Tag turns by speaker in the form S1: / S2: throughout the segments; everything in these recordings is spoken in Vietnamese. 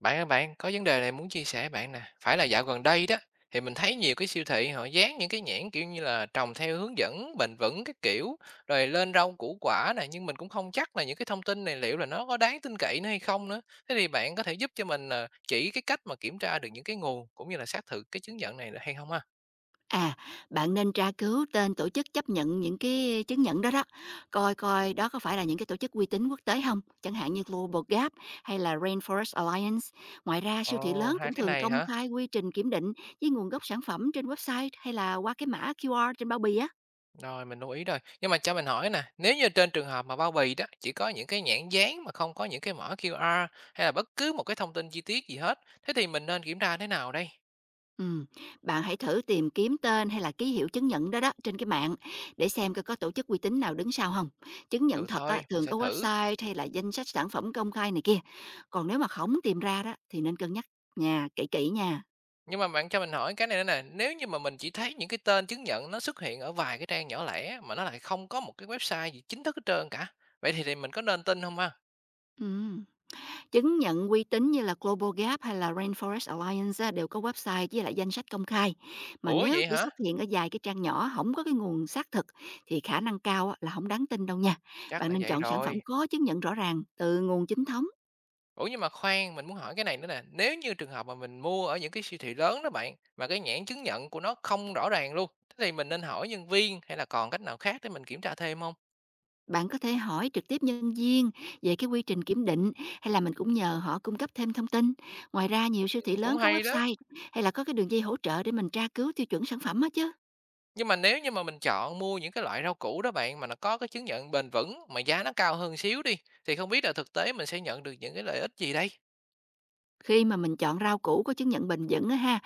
S1: Bạn ơi bạn, có vấn đề này muốn chia sẻ bạn nè. Phải là dạo gần đây đó, thì mình thấy nhiều cái siêu thị họ dán những cái nhãn kiểu như là trồng theo hướng dẫn bền vững cái kiểu, rồi lên rau củ quả này, nhưng mình cũng không chắc là những cái thông tin này liệu là nó có đáng tin cậy nữa hay không nữa. Thế thì bạn có thể giúp cho mình là chỉ cái cách mà kiểm tra được những cái nguồn cũng như là xác thực cái chứng nhận này được hay không ha?
S2: À, bạn nên tra cứu tên tổ chức chấp nhận những cái chứng nhận đó đó, coi coi đó có phải là những cái tổ chức uy tín quốc tế không, chẳng hạn như Global Gap hay là Rainforest Alliance. Ngoài ra, siêu thị
S1: Ồ,
S2: lớn
S1: hai
S2: cũng
S1: cái
S2: thường
S1: này
S2: công
S1: hả?
S2: khai quy trình kiểm định với nguồn gốc sản phẩm trên website hay là qua cái mã QR trên bao bì á.
S1: Rồi, mình lưu ý rồi. Nhưng mà cho mình hỏi nè, nếu như trên trường hợp mà bao bì đó chỉ có những cái nhãn dán mà không có những cái mã QR hay là bất cứ một cái thông tin chi tiết gì hết, thế thì mình nên kiểm tra thế nào đây?
S2: Ừm, Bạn hãy thử tìm kiếm tên hay là ký hiệu chứng nhận đó đó trên cái mạng để xem coi có tổ chức uy tín nào đứng sau không. Chứng nhận
S1: Được
S2: thật á,
S1: thôi, mình
S2: thường
S1: sẽ
S2: có
S1: thử.
S2: website hay là danh sách sản phẩm công khai này kia. Còn nếu mà không tìm ra đó thì nên cân nhắc nha, kỹ kỹ nha.
S1: Nhưng mà bạn cho mình hỏi cái này nữa nè, nếu như mà mình chỉ thấy những cái tên chứng nhận nó xuất hiện ở vài cái trang nhỏ lẻ mà nó lại không có một cái website gì chính thức hết trơn cả, vậy thì, mình có nên tin không ha?
S2: Ừm. Chứng nhận uy tín như là Global Gap hay là Rainforest Alliance á, đều có website với lại danh sách công khai. Mà
S1: Ủa
S2: nếu
S1: vậy
S2: chỉ
S1: hả?
S2: xuất hiện ở vài cái trang nhỏ, không có cái nguồn xác thực thì khả năng cao á, là không đáng tin đâu nha.
S1: Chắc
S2: Bạn
S1: là
S2: nên
S1: vậy
S2: chọn sản phẩm
S1: rồi.
S2: có chứng nhận rõ ràng từ nguồn chính thống.
S1: Ủa, nhưng mà khoan, mình muốn hỏi cái này nữa nè, nếu như trường hợp mà mình mua ở những cái siêu thị lớn đó bạn, mà cái nhãn chứng nhận của nó không rõ ràng luôn, thế thì mình nên hỏi nhân viên hay là còn cách nào khác để mình kiểm tra thêm không?
S2: Bạn có thể hỏi trực tiếp nhân viên về cái quy trình kiểm định, hay là mình cũng nhờ họ cung cấp thêm thông tin. Ngoài ra, nhiều siêu thị lớn
S1: Cũng
S2: có
S1: hay đó.
S2: website hay là có cái đường dây hỗ trợ để mình tra cứu tiêu chuẩn sản phẩm hết chứ.
S1: Nhưng mà nếu như mà mình chọn mua những cái loại rau củ đó bạn, mà nó có cái chứng nhận bền vững mà giá nó cao hơn xíu đi, thì không biết là thực tế mình sẽ nhận được những cái lợi ích gì đây?
S2: Khi mà mình chọn rau củ có chứng nhận bền vững á ha,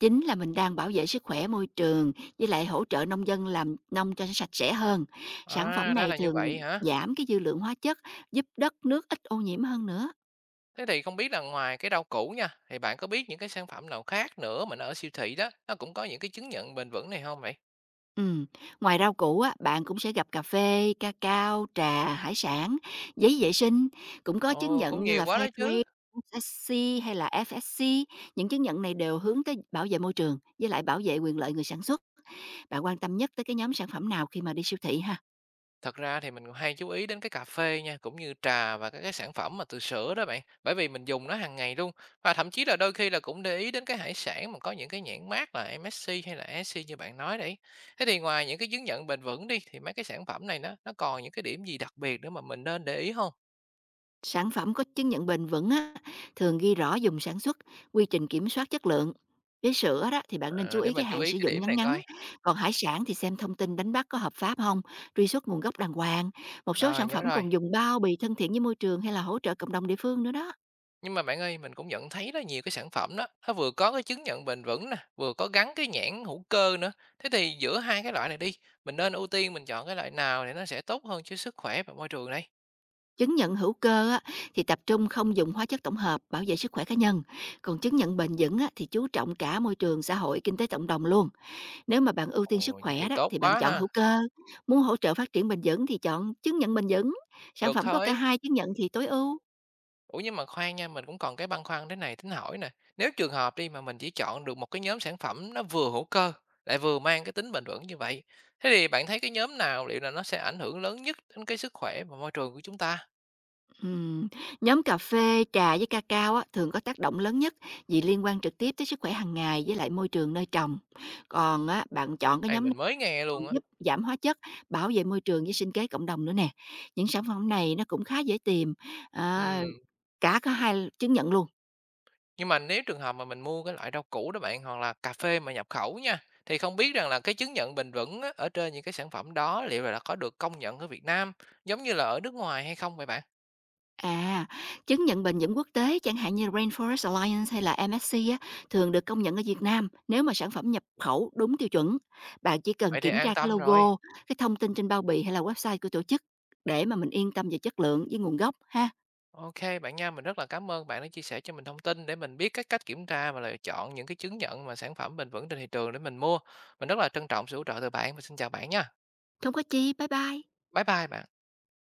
S2: chính là mình đang bảo vệ sức khỏe môi trường với lại hỗ trợ nông dân làm nông cho sạch sẽ hơn. Sản
S1: À,
S2: phẩm
S1: ra
S2: này
S1: là như
S2: thường
S1: vậy hả?
S2: giảm cái dư lượng hóa chất, giúp đất nước ít ô nhiễm hơn nữa.
S1: Thế thì không biết là ngoài cái rau củ nha, thì bạn có biết những cái sản phẩm nào khác nữa mà nó ở siêu thị đó, nó cũng có những cái chứng nhận bền vững này không vậy?
S2: Ừm, ngoài rau củ á, bạn cũng sẽ gặp cà phê, ca cao, trà, hải sản, giấy vệ sinh, cũng có chứng
S1: Ồ,
S2: nhận
S1: cũng
S2: như là
S1: nhiều quá
S2: Fair
S1: đó chứ.
S2: Trade, Fairtrade, FSC hay là FSC. Những chứng nhận này đều hướng tới bảo vệ môi trường với lại bảo vệ quyền lợi người sản xuất. Bạn quan tâm nhất tới cái nhóm sản phẩm nào khi mà đi siêu thị ha?
S1: Thật ra thì mình cũng hay chú ý đến cái cà phê nha, cũng như trà và các cái sản phẩm mà từ sữa đó bạn, bởi vì mình dùng nó hàng ngày luôn. Và thậm chí là đôi khi là cũng để ý đến cái hải sản mà có những cái nhãn mác là MSC hay là ESG như bạn nói đấy. Thế thì ngoài những cái chứng nhận bền vững đi thì mấy cái sản phẩm này nó còn những cái điểm gì đặc biệt nữa mà mình nên để ý không?
S2: Sản phẩm có chứng nhận bền vững á, thường ghi rõ dùng sản xuất, quy trình kiểm soát chất lượng. Với sữa đó thì bạn nên chú
S1: À, để
S2: ý cái
S1: mình chú
S2: hạn
S1: ý
S2: sử
S1: cái
S2: dụng
S1: điểm
S2: ngắn
S1: này
S2: ngắn.
S1: coi.
S2: Còn hải sản thì xem thông tin đánh bắt có hợp pháp không, truy xuất nguồn gốc đàng hoàng. Một số
S1: Rồi,
S2: sản
S1: nhớ
S2: phẩm
S1: rồi.
S2: còn dùng bao bì thân thiện với môi trường hay là hỗ trợ cộng đồng địa phương nữa đó.
S1: Nhưng mà bạn ơi, mình cũng nhận thấy đó nhiều cái sản phẩm đó, nó vừa có cái chứng nhận bền vững nè, vừa có gắn cái nhãn hữu cơ nữa. Thế thì giữa hai cái loại này đi, mình nên ưu tiên mình chọn cái loại nào để nó sẽ tốt hơn cho sức khỏe và môi trường đây?
S2: Chứng nhận hữu cơ á, thì tập trung không dùng hóa chất tổng hợp, bảo vệ sức khỏe cá nhân. Còn chứng nhận bền vững á, thì chú trọng cả môi trường, xã hội, kinh tế cộng đồng luôn. Nếu mà bạn ưu tiên
S1: Ồ,
S2: sức
S1: vậy
S2: khỏe
S1: thì
S2: đó
S1: tốt
S2: thì bạn
S1: quá
S2: chọn
S1: ha.
S2: hữu cơ, muốn hỗ trợ phát triển bền vững thì chọn chứng nhận bền vững, sản
S1: Được
S2: phẩm có cả
S1: thôi.
S2: hai chứng nhận thì tối ưu.
S1: Ủa nhưng mà khoan nha, mình cũng còn cái băn khoăn thế này tính hỏi nè. Nếu trường hợp đi mà mình chỉ chọn được một cái nhóm sản phẩm nó vừa hữu cơ, lại vừa mang cái tính bền vững như vậy, thế thì bạn thấy cái nhóm nào liệu là nó sẽ ảnh hưởng lớn nhất đến cái sức khỏe và môi trường của chúng ta?
S2: Ừm, Nhóm cà phê, trà với cacao á, thường có tác động lớn nhất vì liên quan trực tiếp tới sức khỏe hàng ngày với lại môi trường nơi trồng. Còn á, bạn chọn cái
S1: Này
S2: nhóm này
S1: mình mới nghe
S2: còn
S1: luôn á.
S2: giúp giảm hóa chất, bảo vệ môi trường với sinh kế cộng đồng nữa nè. Những sản phẩm này nó cũng khá dễ tìm, à,
S1: Ừ.
S2: cả có hai chứng nhận luôn.
S1: Nhưng mà nếu trường hợp mà mình mua cái loại rau củ đó bạn, hoặc là cà phê mà nhập khẩu nha, thì không biết rằng là cái chứng nhận bền vững á, ở trên những cái sản phẩm đó liệu là đã có được công nhận ở Việt Nam giống như là ở nước ngoài hay không vậy bạn?
S2: À, chứng nhận bền vững quốc tế chẳng hạn như Rainforest Alliance hay là MSC á, thường được công nhận ở Việt Nam nếu mà sản phẩm nhập khẩu đúng tiêu chuẩn. Bạn chỉ cần
S1: Vậy thì
S2: kiểm
S1: an
S2: tra cái
S1: tâm rồi.
S2: logo, cái thông tin trên bao bì hay là website của tổ chức để mà mình yên tâm về chất lượng với nguồn gốc ha.
S1: OK bạn nha, mình rất là cảm ơn bạn đã chia sẻ cho mình thông tin để mình biết cái cách kiểm tra và lựa chọn những cái chứng nhận mà sản phẩm bền vững trên thị trường để mình mua. Mình rất là trân trọng sự hỗ trợ từ bạn và xin chào bạn nha.
S2: Không có chi, bye bye.
S1: Bye bye bạn.